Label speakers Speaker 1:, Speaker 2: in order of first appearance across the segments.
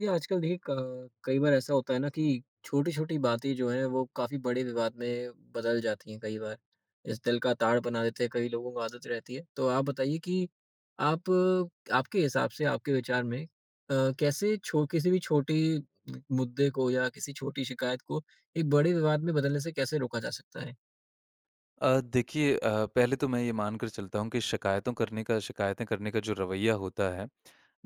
Speaker 1: ये आजकल देखिए कई बार ऐसा होता है ना कि छोटी छोटी बातें जो हैं वो काफी बड़े विवाद में बदल जाती हैं कई बार इस दिल का ताड़ बना देते हैं कई लोगों को आदत रहती है। तो आप बताइए कि आप आपके हिसाब से आपके विचार में कैसे छो किसी भी छोटी मुद्दे को या किसी छोटी शिकायत को एक बड़े विवाद में बदलने से कैसे रोका जा सकता है।
Speaker 2: देखिए पहले तो मैं ये मानकर चलता हूँ कि शिकायतों करने का शिकायतें करने का जो रवैया होता है,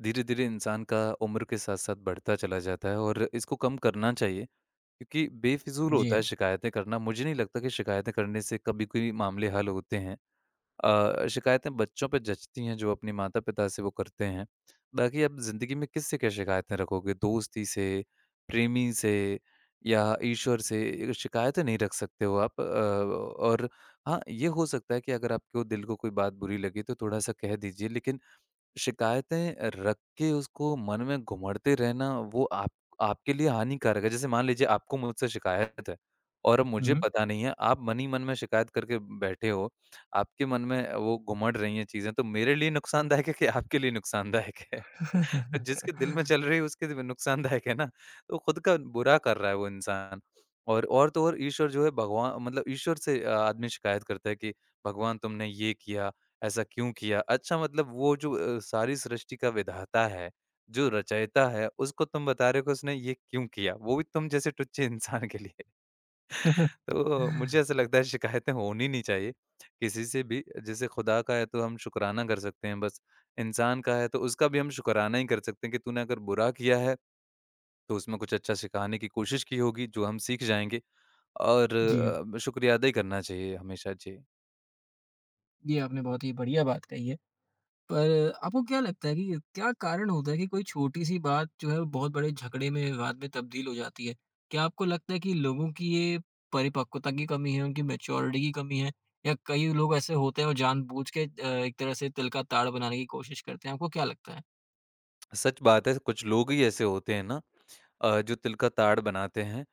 Speaker 2: धीरे-धीरे इंसान का उम्र के साथ-साथ बढ़ता चला जाता है और इसको कम करना चाहिए क्योंकि बेफिज़ूल
Speaker 1: जी
Speaker 2: होता है
Speaker 1: हाँ।
Speaker 2: शिकायतें करना। मुझे नहीं लगता कि शिकायतें करने से कभी कोई मामले हल होते हैं। शिकायतें बच्चों पे जचती हैं जो अपने माता-पिता से वो करते हैं। बाकी आप ज़िंदगी में किससे क्या शिकायतें रखोगे? दोस्ती से, प्रेमी से या ईश्वर से ये शिकायतें नहीं रख सकते हो आप। और हाँ, ये हो सकता है कि अगर आपके दिल को कोई बात बुरी लगी तो थोड़ा-सा कह दीजिए लेकिन शिकायतें रख के उसको मन में घुमड़ते रहना वो आप आपके लिए हानिकारक है। जैसे मान लीजिए आपको मुझसे शिकायत है और अब मुझे
Speaker 1: हम्म।
Speaker 2: पता नहीं है, आप मन ही मन में शिकायत करके बैठे हो, आपके मन में वो घुमड़ रही हैं चीज़ें, तो मेरे लिए नुकसानदायक है कि आपके लिए नुकसानदायक है? जिसके दिल में चल रही है उसके लिए नुकसानदायक है ना, तो खुद का बुरा कर रहा है वो इंसान। और तो और ईश्वर जो है भगवा मतलब ईश्वर से आदमी शिकायत करता है कि भगवान तुमने ये किया, ऐसा क्यों किया? अच्छा मतलब वो जो सारी सृष्टि का विधाता है, जो रचयिता है, उसको तुम बता रहे हो कि उसने ये क्यों किया? वो भी तुम जैसे टुच्चे इंसान के लिए। तो मुझे ऐसा लगता है शिकायतें होनी नहीं चाहिए, किसी से भी जैसे खुदा का है तो हम शुकराना कर सकते हैं बस, इंसान का है तो उसका भी हम शुकराना ही कर सकते हैं कि तूने अगर बुरा किया है, तो उसमें कुछ अच्छा सिखाने की कोशिश की होगी जो हम सीख जाएँगे और
Speaker 1: जी हाँ।
Speaker 2: शुक्रिया अदा ही करना चाहिए हमेशा। जी।
Speaker 1: ये आपने बहुत ही बढ़िया बात कही है, पर आपको क्या लगता है कि क्या कारण होता है कि कोई छोटी-सी बात जो है वो बहुत बड़े झगड़े में, विवाद में तब्दील हो जाती है? क्या आपको लगता है कि लोगों की ये परिपक्वता की कमी है, उनकी मैच्योरिटी की कमी है, या कई लोग ऐसे होते हैं और जानबूझ के एक तरह से तिल का ताड़ बनाने की कोशिश करते हैं? आपको क्या लगता है?
Speaker 2: सच बात है, कुछ लोग ही ऐसे होते हैं ना जो तिल का ताड़ बनाते हैं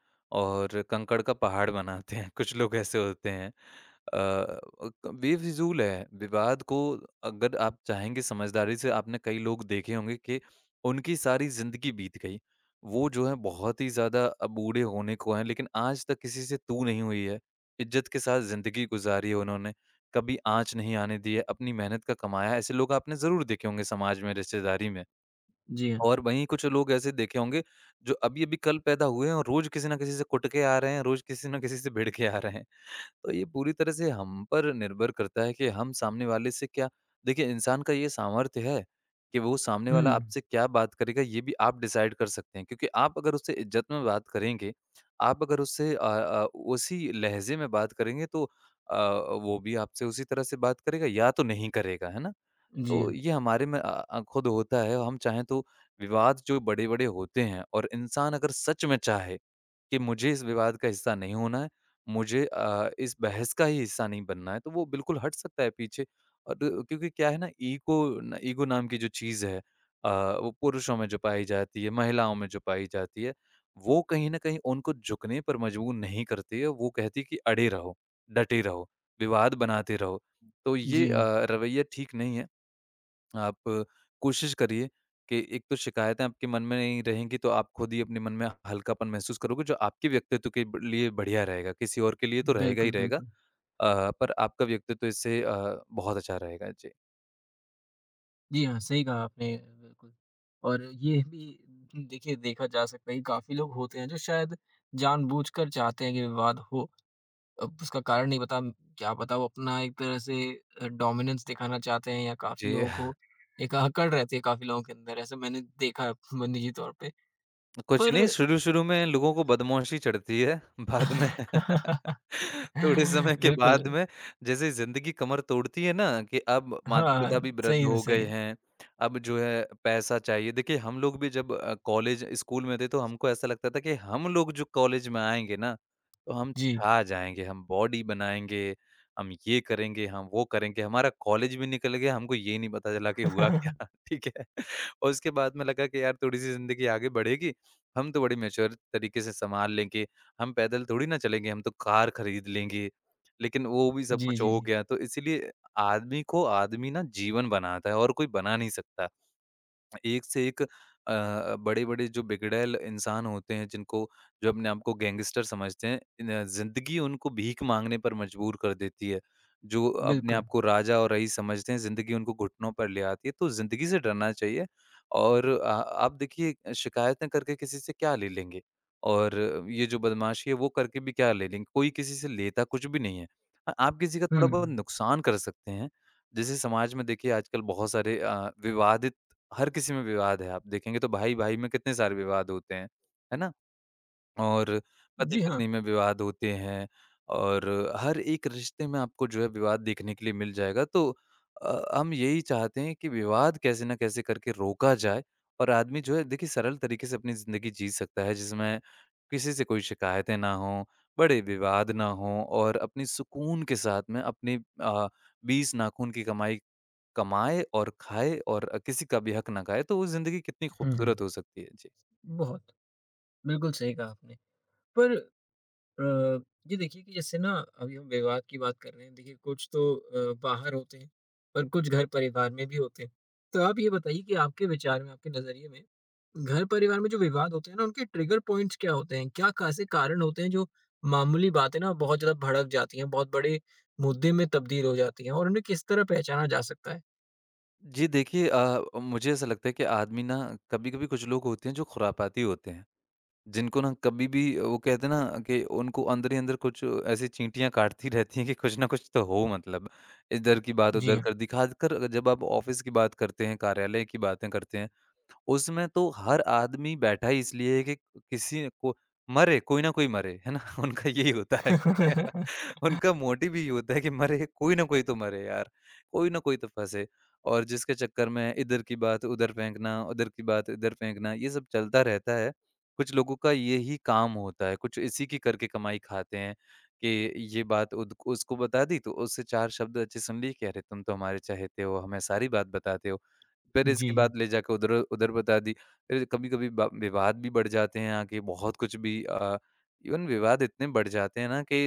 Speaker 2: और कंकड़ का पहाड़ बनाते हैं। कुछ लोग ऐसे होते हैं। अ, क बेफिज़ूल है, विवाद को अगर आप चाहेंगे समझदारी से आपने कई लोग देखे होंगे कि उनकी सारी ज़िंदगी बीत गई। वो जो है बहुत ही ज़्यादा बूढ़े होने को हैं लेकिन आज तक किसी से तू नहीं हुई है। इज़्ज़त के साथ ज़िंदगी गुज़ारी है उन्होंने, कभी आँच नहीं आने दी है, अपनी मेहनत का कमाया है। ऐसे लोग आपने ज़रूर देखे होंगे समाज में, रिश्तेदारी में।
Speaker 1: जी हाँ।
Speaker 2: और वहीं कुछ लोग ऐसे देखे होंगे, जो अभी-अभी कल पैदा हुए हैं और रोज़ किसी न किसी से कुट के आ रहे हैं, रोज़ किसी न किसी से भिड़ के आ रहे हैं। तो ये पूरी तरह से हम पर निर्भर करता है कि हम सामने वाले से क्या देखिए इंसान का ये सामर्थ्य है, कि वो सामने वाला
Speaker 1: हुँ।
Speaker 2: आपसे क्या बात करेगा ये भी आप डिसाइड कर सकते हैं। क्योंकि आप अगर उससे इज़्ज़त में बात करेंगे, आप अगर उससे उसी लहज़े में बात करेंगे तो अ, वो भी आपसे उसी तरह से बात करेगा या तो नहीं करेगा, है ना?
Speaker 1: जी
Speaker 2: तो
Speaker 1: हाँ।
Speaker 2: ये हमारे में खुद होता है और हम चाहें तो विवाद जो बड़े-बड़े होते हैं और इंसान अगर सच में चाहे कि मुझे इस विवाद का हिस्सा नहीं होना है, मुझे इस बहस का ही हिस्सा नहीं बनना है, तो वो बिल्कुल हट सकता है पीछे। और क्योंकि क्या है ना ईगो न ईगो नाम की जो चीज़ है अ, वो पुरुषों में जो पाई जाती है, महिलाओं में जो पाई जाती है, वो कहीं न कहीं उनको झुकने पर मजबूर नहीं करती है, वो कहती है कि अड़े रहो, डटे रहो, विवाद बनाते रहो। तो ये
Speaker 1: जी हाँ।
Speaker 2: रवैया ठीक नहीं है। आप कोशिश करिए कि एक तो शिकायतें आपके मन में नहीं रहेंगी, तो आप खुद ही अपने मन में हल्कापन महसूस करोगे, जो आपके व्यक्तित्व के ब लिए बढ़िया रहेगा। किसी और के लिए तो रहेगा ही
Speaker 1: बिल्कुल,
Speaker 2: रहेगा
Speaker 1: बिल्कुल।
Speaker 2: पर आपका व्यक्तित्व इससे बहुत अच्छा रहेगा। जी।
Speaker 1: जी हाँ, सही कहा आपने। बिल्कुल। और ये भी देखिए, देखा जा सकता है कि काफ़ी लोग होते हैं जो शायद जानबूझकर चाहते हैं कि विवाद हो। अब उसका कारण नहीं पता, क्या पता वो अपना एक तरह से डोमिनेंस दिखाना चाहते हैं, या काफ़ी
Speaker 2: जी,
Speaker 1: लोगों को एक अकड़ रहती है काफ़ी लोगों के अंदर, ऐसा मैंने देखा है म निजी तौर पे।
Speaker 2: कुछ
Speaker 1: पर
Speaker 2: नहीं शुरू-शुरू में लोगों को बदमाशी चढ़ती है, बाद में थोड़े समय के बाद
Speaker 1: बिल्कुल,
Speaker 2: में जैसे ज़िंदगी कमर तोड़ती है ना कि अब
Speaker 1: हाँ,
Speaker 2: माता-पिता भी वृद्ध
Speaker 1: सही में,
Speaker 2: हो
Speaker 1: सही
Speaker 2: गए
Speaker 1: है।
Speaker 2: हैं, अब जो है पैसा चाहिए। देखिए हम लोग भी जब कॉलेज स्कूल में थे तो हमको ऐसा लगता था कि हम लोग जो कॉलेज में आएँगे ना, तो हम
Speaker 1: जी।
Speaker 2: छा जाएँगे, हम बॉडी बनाएँगे, हम ये करेंगे, हम वो करेंगे। हमारा कॉलेज भी निकल गया, हमको ये नहीं पता चला कि हुआ क्या, ठीक है? और उसके बाद में लगा कि यार थोड़ी-सी ज़िंदगी आगे बढ़ेगी, हम तो बड़ी मैच्योर तरीके से सँभाल लेंगे। हम पैदल थोड़ी ना चलेंगे, हम तो कार खरीद लेंगे। लेकिन वो भी सब
Speaker 1: जी,
Speaker 2: कुछ
Speaker 1: जी,
Speaker 2: हो
Speaker 1: जी,
Speaker 2: गया, तो इसीलिए आदमी को आदमी ना जीवन बनाता है और कोई बना नहीं सकता। एक से एक बड़े-बड़े जो बिगड़ैल इंसान होते हैं, जिनको जो अपने आप को गैंगस्टर समझते हैं, इन ज़िंदगी उनको भीख माँगने पर मजबूर कर देती है। जो अपने आप
Speaker 1: बिल्कुल।
Speaker 2: को राजा और रईस समझते हैं, ज़िंदगी उनको घुटनों पर ले आती है। तो ज़िंदगी से डरना चाहिए और आ आप देखिए शिकायतें करके किसी से क्या ले लेंगे? और ये जो बदमाशी है, वो करके भी क्या ले लेंगे? कोई किसी से लेता कुछ भी नहीं है। हाँ, आप किसी का थोड़ा-बहुत
Speaker 1: हुँ,
Speaker 2: नुकसान कर सकते हैं। जैसे समाज में देखिए आजकल बहुत सारे विवादित हर किसी में विवाद है। आप देखेंगे तो भाई-भाई में कितने सारे विवाद होते हैं, है ना? और
Speaker 1: जी हाँ।
Speaker 2: पति-पत्नी में विवाद होते हैं और हर एक रिश्ते में आपको जो है विवाद देखने के लिए मिल जाएगा। तो हम यही चाहते हैं कि विवाद कैसे न कैसे करके रोका जाए और आदमी जो है देखिए सरल तरीके से अपनी ज़िंदगी जी सकता है जिसमें किसी से कोई शिकायतें ना हों, बड़े विवाद ना हों और अपनी सुकून के साथ में अपनी अ, 20 नाखून की कमाई कमाए और खाए और किसी का भी हक ना खाए, तो वो ज़िंदगी कितनी
Speaker 1: हुँ, हुँ,
Speaker 2: खूबसूरत हो सकती है। जी।
Speaker 1: बहुत, बिल्कुल सही कहा आपने। पर अ, जी देखिए कि जैसे ना अभी हम विवाद की बात कर रहे हैं। देखिए कुछ तो बाहर होते हैं, पर कुछ घर परिवार में भी होते हैं। तो आप ये बताइए कि आपके विचार में आपके नजरिए में घर परिवार में जो विवाद होते हैं ना, उनके ट्रिगर पॉइंट्स क्या होते हैं, क्या खासे कारण होते हैं जो मामूली बातें ना बहुत ज्यादा भड़क जाती हैं, बहुत बड़े मुद्दे में तब्दील हो जाती हैं, और उन्हें किस तरह पहचाना जा सकता है?
Speaker 2: जी, देखिए मुझे ऐसा लगता है कि आदमी ना कभी-कभी कुछ लोग होते हैं जो खुरापाती होते हैं, जिनको ना कभी भी वो कहते हैं ना कि उनको अंदर ही अंदर कुछ ऐसी चींटियाँ काटती रहती हैं कि कुछ ना कुछ तो हो मतलब। इधर की बात
Speaker 1: जी
Speaker 2: उधर
Speaker 1: हाँ।
Speaker 2: कर दिखाकर जब आप ऑफ़िस की बात करते हैं, कार्यालय की बातें करते हैं उसमें तो हर आदमी बैठा ही इसलिए है कि किसी को मरे, कोई ना कोई मरे, है ना? उनका यही होता है कि उनका मोटिव यही होता है कि मरे, कोई ना कोई तो मरे यार, कोई ना कोई तो फँसे। और जिसके चक्कर में इधर की बात उधर फेंकना, उधर की बात इधर फेंकना, ये सब चलता रहता है। कुछ लोगों का यही काम होता है, कुछ इसी की करके कमाई खाते हैं कि ये बात उद उसको बता दी, तो उससे 4 शब्द अच्छे सुन लिए कि अरे! तुम तो हमारे चहेते हो, हमें सारी बात बताते हो। फिर
Speaker 1: जी।
Speaker 2: इसके बाद ले जाकर उधर उधर बता दी। फिर कभी-कभी ब विवाद भी बढ़ जाते हैं आके बहुत कुछ भी इवन विवाद इतने बढ़ जाते हैं ना कि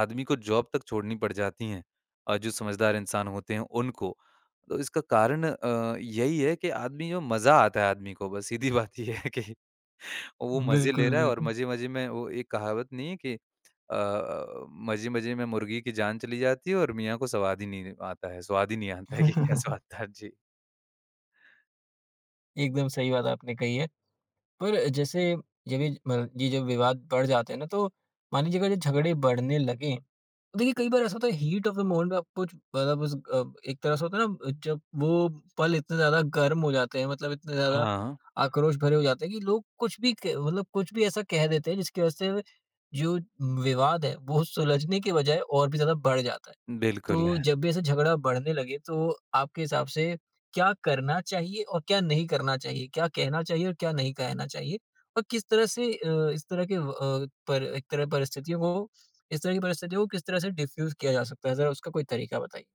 Speaker 2: आदमी को जॉब तक छोड़नी पड़ जाती हैं जो समझदार इंसान होते हैं उनको। तो इसका कारण यही है कि आदमी जो मज़ा आता है आदमी को बस सीधी बात ये है कि वो मज़े ले
Speaker 1: बिल्कुल,
Speaker 2: रहा है और
Speaker 1: बिल्कुल।
Speaker 2: मज़े-मज़े में वो एक कहावत नहीं है कि मज़े-मज़े में मुर्गी की जान चली जाती है और मियाँ को सवाद ही नहीं आता है स्वाद ही नहीं आता है कि क्या स्वाद था। जी।
Speaker 1: एकदम सही बात आपने कही है। पर जैसे, जब ये म ये जब विवाद बढ़ जाते हैं ना, तो मान लीजिए अगर ये झगड़े बढ़ने लगे, तो देखिए कई बार ऐसा होता है, हीट ऑफ द मोमेंट में आप कुछ मतलब उस एक तरह से होता है ना, जब वो पल इतने ज़्यादा गर्म हो जाते हैं, मतलब इतने ज़्यादा
Speaker 2: हाँ,
Speaker 1: आक्रोश भरे हो जाते हैं कि लोग कुछ भी क मतलब कुछ भी ऐसा कह देते हैं, जिसकी वजह से जो विवाद है, वो सुलझने के बजाय और भी ज़्यादा बढ़ जाता है।
Speaker 2: बिल्कुल
Speaker 1: तो
Speaker 2: है।
Speaker 1: जब भी ऐसे झगड़ा बढ़ने लगे, तो आपके हिसाब से क्या करना चाहिए और क्या नहीं करना चाहिए? क्या कहना चाहिए और क्या नहीं कहना चाहिए? और किस तरह से अ, इस तरह के व- अ, पर एक तरह परिस्थितियों को इस तरह की परिस्थितियों को किस तरह से डिफ्यूज़ किया जा सकता है? ज़रा उसका कोई तरीका बताइए।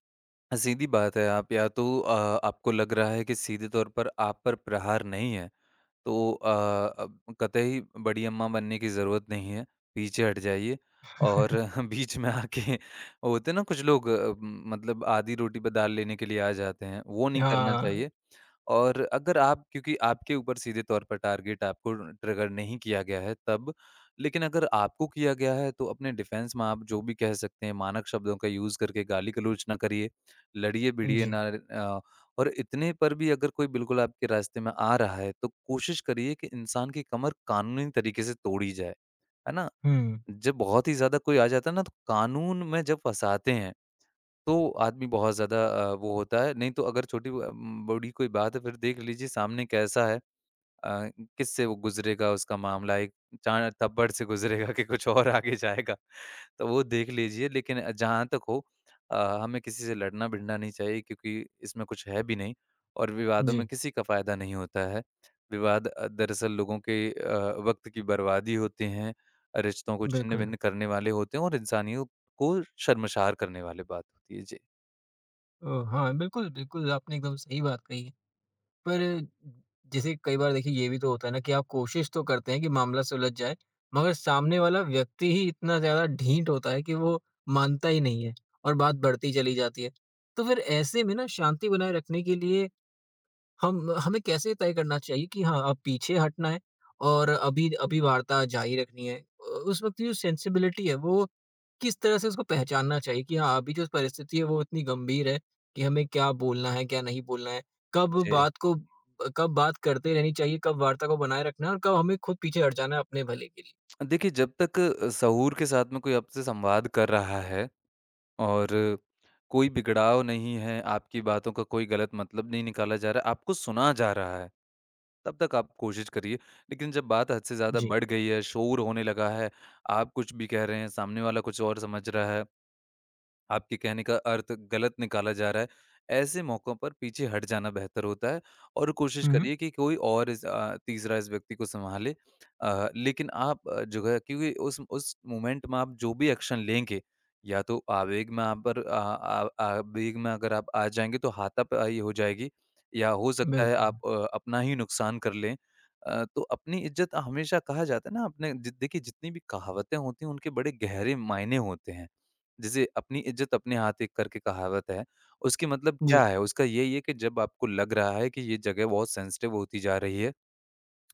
Speaker 2: सीधी बात है, आप या तो आपको लग रहा है कि सीधे तौर पर आप पर प्रहार नहीं है, तो अब कतई बड़ी अम्मा बनने की ज़रूरत नहीं है, पीछे हट जाइए और बीच में आके होते हैं ना कुछ लोग मतलब आधी रोटी पे दाल लेने के लिए आ जाते हैं, वो नहीं करना
Speaker 1: हाँ,
Speaker 2: चाहिए। और अगर आप क्योंकि आपके ऊपर सीधे तौर पर टारगेट आपको ट्रिगर नहीं किया गया है तब, लेकिन अगर आपको किया गया है तो अपने डिफेंस में आप जो भी कह सकते हैं मानक शब्दों का यूज़ करके गाली-गलौच ना करिए, लड़िए-भिड़िए
Speaker 1: जी।
Speaker 2: ना अ, और इतने पर भी अगर कोई बिल्कुल आपके रास्ते में आ रहा है तो कोशिश करिए कि इंसान की कमर कानूनी तरीके से तोड़ी जाए, है ना?
Speaker 1: हुँ,
Speaker 2: जब बहुत ही ज़्यादा कोई आ जाता है ना तो कानून में जब फँसाते हैं तो आदमी बहुत ज़्यादा वो होता है, नहीं तो अगर बड़ी कोई बात है फिर देख लीजिए सामने कैसा है। अ, किससे वो गुज़रेगा उसका मामला, एक चाण थप्पड़ से गुज़रेगा कि कुछ और आगे जाएगा, तो वो देख लीजिए। लेकिन जहाँ तक हो अ, हमें किसी से लड़ना-भिड़ना नहीं चाहिए क्योंकि इसमें कुछ है भी नहीं और विवादों में
Speaker 1: जी,
Speaker 2: किसी का फ़ायदा नहीं होता है। विवाद दरअसल लोगों के वक़्त की बर्बादी होते हैं, रिश्तों को
Speaker 1: बिल्कुल।
Speaker 2: छिन्न-भिन्न करने वाले होते हैं और इंसानियत को शर्मशार करने वाली बात होती है। जी।
Speaker 1: हाँ, बिल्कुल, बिल्कुल आपने एकदम सही बात कही है। पर जैसे कई बार देखिए ये भी तो होता है ना कि आप कोशिश तो करते हैं कि मामला सुलझ जाए, मगर सामने वाला व्यक्ति ही इतना ज़्यादा ढीठ होता है कि वो मानता ही नहीं है, और बात बढ़ती चली जाती है। तो फिर ऐसे में ना, शांति बनाए रखने के लिए हम हमें कैसे तय करना चाहिए कि हाँ, अब पीछे हटना है और अभी अभी वार्ता जारी रखनी है? उस वक़्त की जो सेंसिबिलिटी है, वो किस तरह से उसको पहचानना चाहिए कि हाँ, अभी जो परिस्थिति है, वो इतनी गंभीर है कि हमें क्या बोलना है, क्या नहीं बोलना है?
Speaker 2: जी।
Speaker 1: कब बात करते रहनी चाहिए, कब वार्ता को बनाए रखना है, और कब हमें खुद पीछे हट जाना है अपने भले के लिए?
Speaker 2: देखिए, जब तक सहूर के साथ में कोई आपसे संवाद कर रहा है और कोई बिगड़ाव नहीं है, आपकी बातों का कोई गलत मतलब नहीं निकाला जा रहा है, आपको सुना जा रहा है, तब तक आप कोशिश करिए। लेकिन जब बात हद से ज़्यादा
Speaker 1: जी।
Speaker 2: बढ़ गई है, शोर होने लगा है, आप कुछ भी कह रहे हैं, सामने वाला कुछ और समझ रहा है आपके कहने का अर्थ गलत निकाला जा रहा है। ऐसे मौकों पर पीछे हट जाना बेहतर होता है और कोशिश
Speaker 1: हुँ, हुँ।
Speaker 2: करिए कि कोई और तीसरा इस व्यक्ति को सँभाले। लेकिन आप जो है क्योंकि उस मोमेंट में आप जो भी एक्शन लेंगे, या तो आवेग में आप पर अ, आ आवेग में अगर आप आ जाएँगे तो हाथापाई हो जाएगी या हो सकता है आप
Speaker 1: बिल्कुल।
Speaker 2: अ, अपना ही नुकसान कर लें। तो अपनी इज़्ज़त हमेशा कहा जाता है ना आपने जि देखिए जितनी भी कहावतें होती हैं उनके बड़े गहरे मायने होते हैं। जैसे अपनी इज्जत अपने हाथ एक करके कहावत है, उसकी मतलब
Speaker 1: जी।
Speaker 2: क्या है? उसका यही है कि जब आपको लग रहा है कि ये जगह बहुत सेंसिटिव होती जा रही है,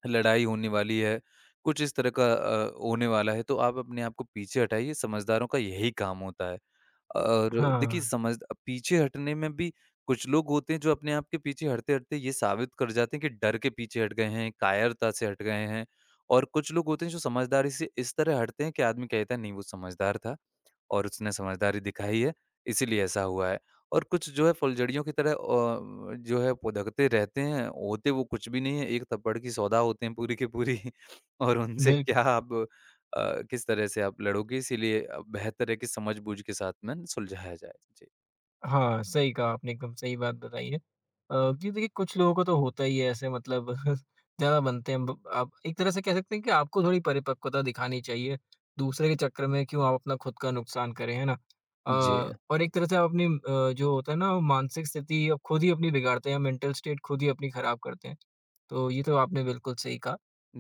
Speaker 2: लड़ाई होने वाली है, कुछ इस तरह का होने वाला है, तो आप अपने आप को पीछे हटाइए, समझदारों का यही काम होता है। और देखिए
Speaker 1: हाँ,
Speaker 2: समझ पीछे हटने में भी कुछ लोग होते हैं जो अपने आप के पीछे हटते-हटते ये साबित कर जाते हैं कि डर के पीछे हट गए हैं, कायरता से हट गए हैं और कुछ लोग होते हैं जो समझदारी से इस तरह हटते हैं कि आदमी कहता है नहीं वो समझदार था। और उसने समझदारी दिखाई है, इसीलिए ऐसा हुआ है। और कुछ जो है फुलझड़ियों की तरह जो है पुधकते रहते हैं, होते वो कुछ भी नहीं है, एक थप्पड़ की सौदा होते हैं पूरी की पूरी और उनसे
Speaker 1: बिल्कुल।
Speaker 2: क्या आप किस तरह से आप लड़ोगे इसीलिए बेहतर है कि समझ-बूझ के साथ में सुलझाया जाए। जी।
Speaker 1: हाँ, सही कहा आपने, एकदम सही बात बताई है। जी देखिए, कुछ लोगों को तो होता ही है ऐसे मतलब ज़्यादा बनते हैं। ब आप एक तरह से कह सकते हैं कि आपको थोड़ी परिपक्वता दिखानी चाहिए, दूसरे के चक्कर में क्यों आप अपना खुद का नुकसान करें, है ना? अ,
Speaker 2: जी।
Speaker 1: और एक तरह से आप अपनी जो होता है ना वो मानसिक स्थिति आप खुद ही अपनी बिगाड़ते हैं, मेंटल स्टेट खुद ही अपनी खराब करते हैं। तो ये तो आपने बिल्कुल सही कहा।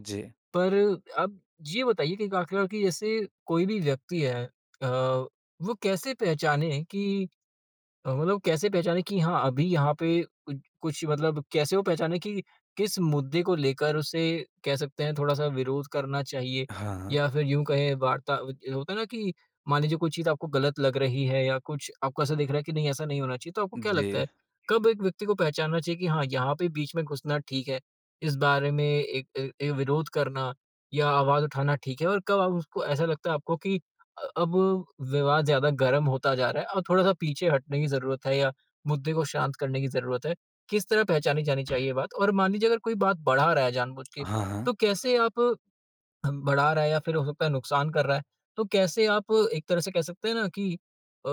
Speaker 2: जी।
Speaker 1: पर अब ये बताइए कि आखिरकार कि जैसे कोई भी व्यक्ति है अ, वो कैसे पहचाने कि मतलब कैसे पहचाने कि हाँ, अभी यहाँ पे कुछ कुछ मतलब कैसे वो पहचाने कि किस मुद्दे को लेकर उसे, कह सकते हैं, थोड़ा-सा विरोध करना चाहिए?
Speaker 2: हाँ, हाँ।
Speaker 1: या फिर यूँ कहें वार्ता होता है ना कि मान लीजिए कोई चीज़ आपको गलत लग रही है या कुछ आपको ऐसा दिख रहा है कि नहीं ऐसा नहीं होना चाहिए, तो आपको क्या
Speaker 2: जी।
Speaker 1: लगता है, कब एक व्यक्ति को पहचानना चाहिए कि हाँ, यहाँ पे बीच में घुसना ठीक है, इस बारे में एक ए ए विरोध करना या आवाज़ उठाना ठीक है, और कब आप उसको, ऐसा लगता है आपको कि अब विवाद ज़्यादा गर्म होता जा रहा है और थोड़ा-सा पीछे हटने की ज़रूरत है या मुद्दे को शांत करने की ज़रूरत है। किस तरह पहचानी जानी चाहिए ये बात? और मान लीजिए अगर कोई बात बढ़ा रहा है जानबूझ के,
Speaker 2: हाँ, हाँ।
Speaker 1: तो कैसे आप हम बढ़ा रहा है या फिर हो सकता है नुकसान कर रहा है, तो कैसे आप एक तरह से कह सकते हैं ना कि अ,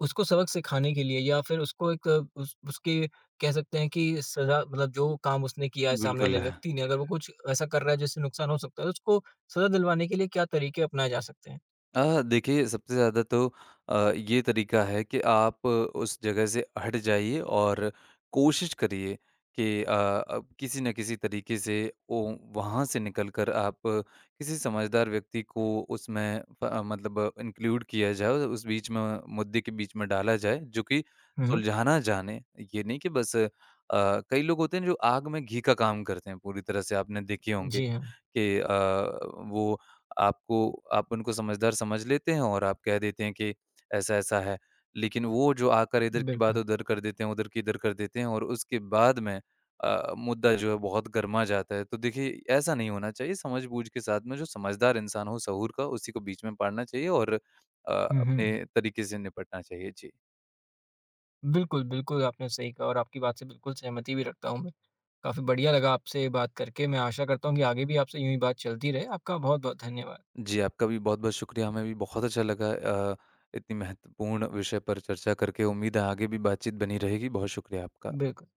Speaker 1: उसको सबक सिखाने के लिए, या फिर उसको एक अ, उस उसके कह सकते हैं कि सज़ा, मतलब जो काम उसने किया है सामने वाले
Speaker 2: बिल्कुल।
Speaker 1: व्यक्ति ने, अगर वो कुछ ऐसा कर रहा है जिससे नुकसान हो सकता है, तो उसको सज़ा दिलवाने के लिए क्या तरीके अपनाए जा सकते हैं?
Speaker 2: देखिए सबसे ज़्यादा तो ये तरीका है कि आप उस जगह से हट जाइए और कोशिश करिए कि अब किसी न किसी तरीके से वो वहाँ से निकलकर आप किसी समझदार व्यक्ति को उसमें मतलब इंक्लूड किया जाए उस बीच में मुद्दे के बीच में डाला जाए जो कि
Speaker 1: हुँ, हुँ।
Speaker 2: सुलझाना जाने ये नहीं कि बस कई लोग होते हैं जो आग में घी का काम करते हैं पूरी तरह से आपने देखे होंगे
Speaker 1: जी हाँ,
Speaker 2: कि वो आपको आप उनको समझदार समझ लेते हैं और आप कह देते हैं कि ऐसा-ऐसा है। लेकिन वो जो आकर इधर की बात
Speaker 1: बिल्कुल।
Speaker 2: उधर कर देते हैं, उधर की इधर कर देते हैं और उसके बाद में मुद्दा जो है बहुत गरमा जाता है। तो देखिए, ऐसा नहीं होना चाहिए। समझ-बूझ के साथ में जो समझदार इंसान हो सहूर का, उसी को बीच में पड़ना चाहिए और
Speaker 1: हुँ, हुँ।
Speaker 2: अपने तरीके से निपटना चाहिए। जी।
Speaker 1: बिल्कुल, बिल्कुल आपने सही कहा, और आपकी बात से बिल्कुल सहमति भी रखता हूँ मैं। काफ़ी बढ़िया लगा आपसे बात करके। मैं आशा करता हूँ कि आगे भी आपसे यूँ ही बात चलती रहे। आपका बहुत-बहुत धन्यवाद।
Speaker 2: जी, आपका भी बहुत-बहुत शुक्रिया। हमें भी बहुत अच्छा लगा अ, इतनी महत्वपूर्ण विषय पर चर्चा करके। उम्मीद है आगे भी बातचीत बनी रहेगी। बहुत शुक्रिया आपका।
Speaker 1: बिल्कुल।